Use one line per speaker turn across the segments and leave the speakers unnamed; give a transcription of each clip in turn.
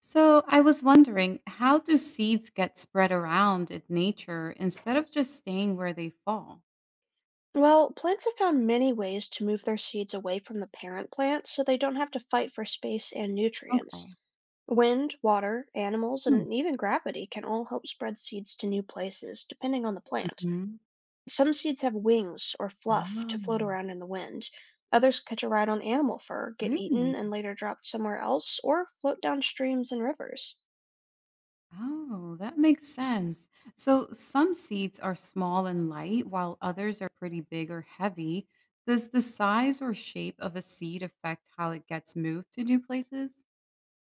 So I was wondering, how do seeds get spread around in nature instead of just staying where they fall?
Well, plants have found many ways to move their seeds away from the parent plant so they don't have to fight for space and nutrients.
Okay.
Wind, water, animals,
Hmm.
and even gravity can all help spread seeds to new places, depending on the plant.
Hmm.
Some seeds have wings or fluff to float
Oh,
around in the wind. Others catch a ride on animal fur, get
really?
eaten, and later dropped somewhere else, or float down streams and rivers.
Oh, that makes sense. So some seeds are small and light, while others are pretty big or heavy. Does the size or shape of a seed affect how it gets moved to new places?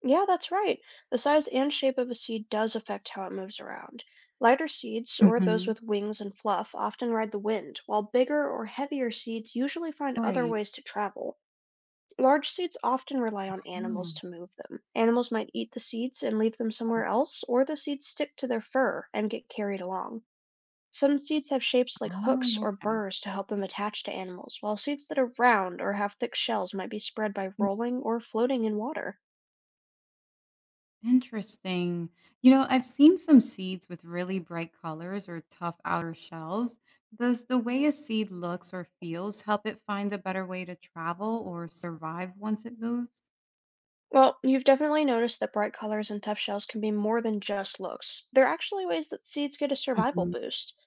Yeah, that's right. The size and shape of a seed does affect how it moves around. Lighter seeds, or those
Hmm.
with wings and fluff, often ride the wind, while bigger or heavier seeds usually find other
Right.
ways to travel. Large seeds often rely on
Oh,
animals to move them. Animals might eat the seeds and leave them somewhere else, or the seeds stick to their fur and get carried along. Some seeds have shapes like
oh,
hooks or
okay.
burrs to help them attach to animals, while seeds that are round or have thick shells might be spread by rolling or floating in water.
Interesting. I've seen some seeds with really bright colors or tough outer shells. Does the way a seed looks or feels help it find a better way to travel or survive once it moves?
Well, you've definitely noticed that bright colors and tough shells can be more than just looks. They're actually ways that seeds get a survival
Mhm.
boost.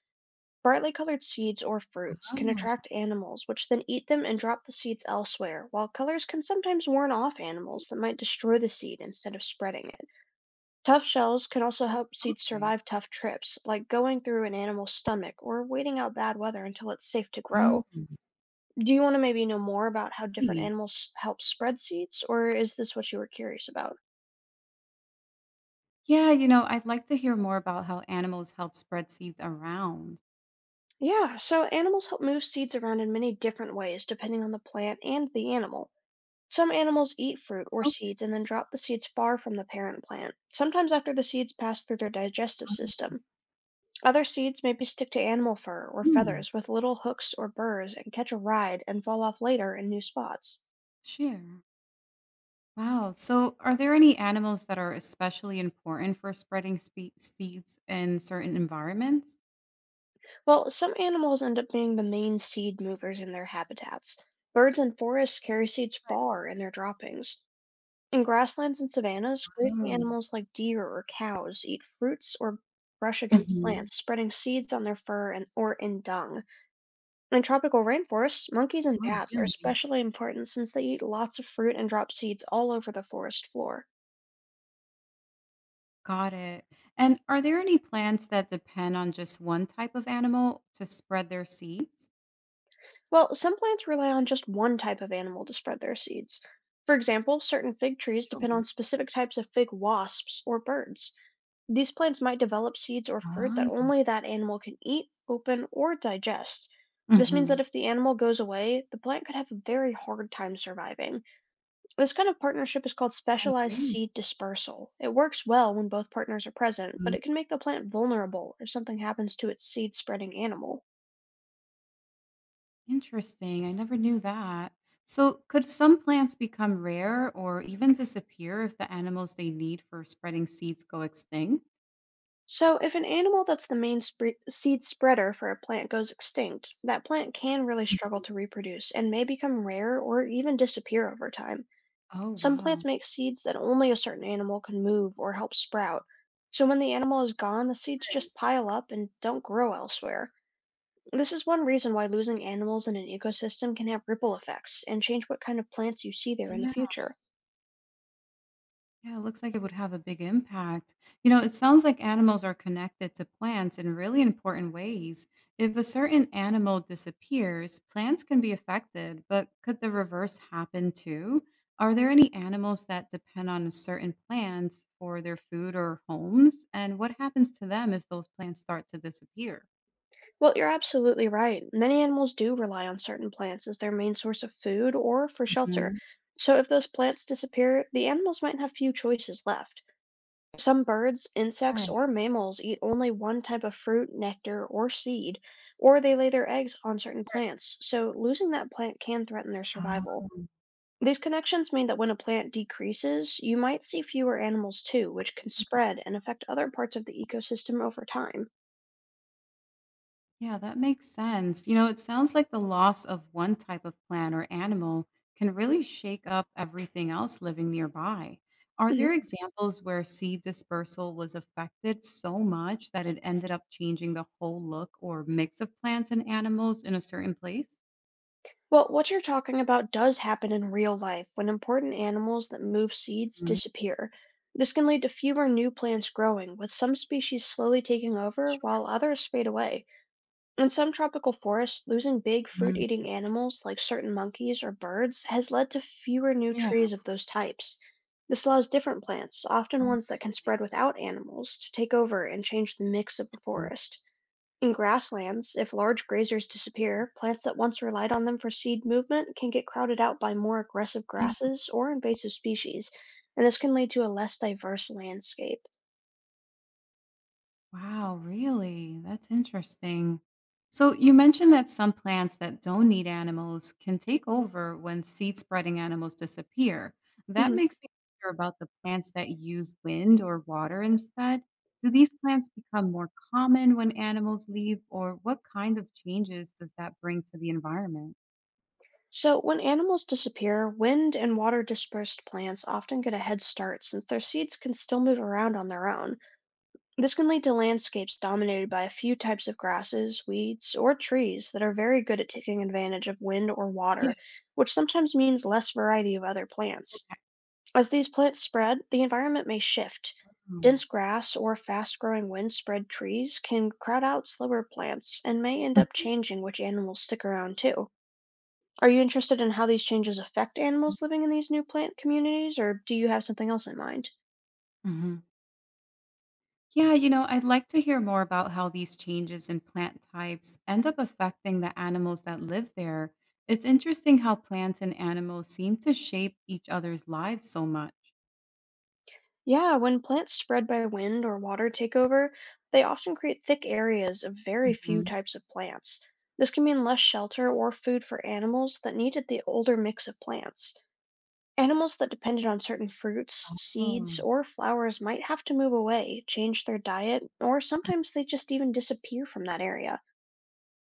Brightly colored seeds or fruits can
Oh,
attract animals, which then eat them and drop the seeds elsewhere, while colors can sometimes warn off animals that might destroy the seed instead of spreading it. Tough shells can also help seeds
okay.
survive tough trips, like going through an animal's stomach or waiting out bad weather until it's safe to grow.
I
Do you want to maybe know more about how different
see.
animals help spread seeds, or is this what you were curious about?
Yeah, I'd like to hear more about how animals help spread seeds around.
Yeah, so animals help move seeds around in many different ways depending on the plant and the animal. Some animals eat fruit or seeds and then drop the seeds far from the parent plant, sometimes after the seeds pass through their digestive
Okay.
system. Other seeds maybe stick to animal fur or
Mm,
feathers with little hooks or burrs and catch a ride and fall off later in new spots.
sure. Wow. So, are there any animals that are especially important for spreading seeds in certain environments?
Well, some animals end up being the main seed movers in their habitats. Birds and forests carry seeds far in their droppings. In grasslands and savannas, grazing
Oh.
animals like deer or cows eat fruits or brush against
Mhm.
plants, spreading seeds on their fur and or in dung. And in tropical rainforests, monkeys and
Oh,
bats are
really?
especially important since they eat lots of fruit and drop seeds all over the forest floor.
Got it. And are there any plants that depend on just one type of animal to spread their seeds?
Well, some plants rely on just one type of animal to spread their seeds. For example, certain fig trees depend
Sure.
on specific types of fig wasps or birds. These plants might develop seeds or fruit that
Oh.
only that animal can eat, open, or digest. This means that
Mhm.
if the animal goes away, the plant could have a very hard time surviving. This kind of partnership is called
Oh,
specialized
really?
seed dispersal. It works well when both partners are present, but
Hmm,
it can make the plant vulnerable if something happens to its seed spreading animal.
Interesting. I never knew that. So, could some plants become rare or even disappear if the animals they need for spreading seeds go extinct?
So, if an animal that's the main seed spreader for a plant goes extinct, that plant can really struggle
Mhm.
to reproduce and may become rare or even disappear over time.
Oh,
Some
wow.
plants make seeds that only a certain animal can move or help sprout. So when the animal is gone, the seeds
Right.
just pile up and don't grow elsewhere. This is one reason why losing animals in an ecosystem can have ripple effects and change what kind of plants you see there in the future.
Yeah, it looks like it would have a big impact. It sounds like animals are connected to plants in really important ways. If a certain animal disappears, plants can be affected, but could the reverse happen too? Are there any animals that depend on certain plants for their food or homes? And what happens to them if those plants start to disappear?
Well, you're absolutely right. Many animals do rely on certain plants as their main source of food or for shelter.
Mhm.
So if those plants disappear, the animals might have few choices left. Some birds, insects,
Right.
or mammals eat only one type of fruit, nectar, or seed, or they lay their eggs on certain
Right.
plants, so losing that plant can threaten their survival.
Oh,
These connections mean that when a plant decreases, you might see fewer animals too, which can
okay.
spread and affect other parts of the ecosystem over time.
Yeah, that makes sense. It sounds like the loss of one type of plant or animal can really shake up everything else living nearby. Are
Mhm.
there examples where seed dispersal was affected so much that it ended up changing the whole look or mix of plants and animals in a certain place?
Well, what you're talking about does happen in real life when important animals that move seeds
Mhm.
disappear. This can lead to fewer new plants growing, with some species slowly taking over
Sure.
while others fade away. In some tropical forests, losing big fruit
Mhm.
eating animals like certain monkeys or birds has led to fewer new
Yeah.
trees of those types. This allows different plants,
Oh,
often ones that can
really?
spread without animals, to take over and change the mix of the
Mhm.
forest. In grasslands, if large grazers disappear, plants that once relied on them for seed movement can get crowded out by more aggressive grasses or invasive species, and this can lead to a less diverse landscape.
Wow, really? That's interesting. So you mentioned that some plants that don't need animals can take over when seed spreading animals disappear. That
Mhm.
makes me wonder about the plants that use wind or water instead. Do these plants become more common when animals leave, or what kinds of changes does that bring to the environment?
So, when animals disappear, wind and water dispersed plants often get a head start since their seeds can still move around on their own. This can lead to landscapes dominated by a few types of grasses, weeds, or trees that are very good at taking advantage of wind or
Yeah.
water, which sometimes means less variety of other plants. As these plants spread, the environment may shift.
Mhm.
Dense grass or fast growing wind spread trees can crowd out slower plants and may end up changing which animals stick around too. Are you interested in how these changes affect animals living in these new plant communities, or do you have something else in mind?
Mhm. Yeah, I'd like to hear more about how these changes in plant types end up affecting the animals that live there. It's interesting how plants and animals seem to shape each other's lives so much.
Yeah, when plants spread by wind or water takeover, they often create thick areas of very few
Mhm.
types of plants. This can mean less shelter or food for animals that needed the older mix of plants. Animals that depended on certain fruits,
Oh,
seeds, or flowers might have to move away, change their diet, or sometimes they just even disappear from that area.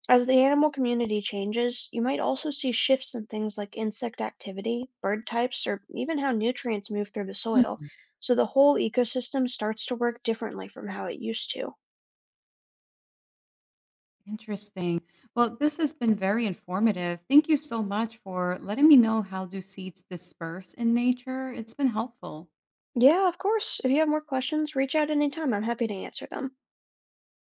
As the animal community changes, you might also see shifts in things like insect activity, bird types, or even how nutrients move through the soil,
hmm,
so the whole ecosystem starts to work differently from how it used to.
interesting. Well, this has been very informative. Thank you so much for letting me know how do seeds disperse in nature. It's been helpful.
Yeah, of course. If you have more questions, reach out anytime. I'm happy to answer them.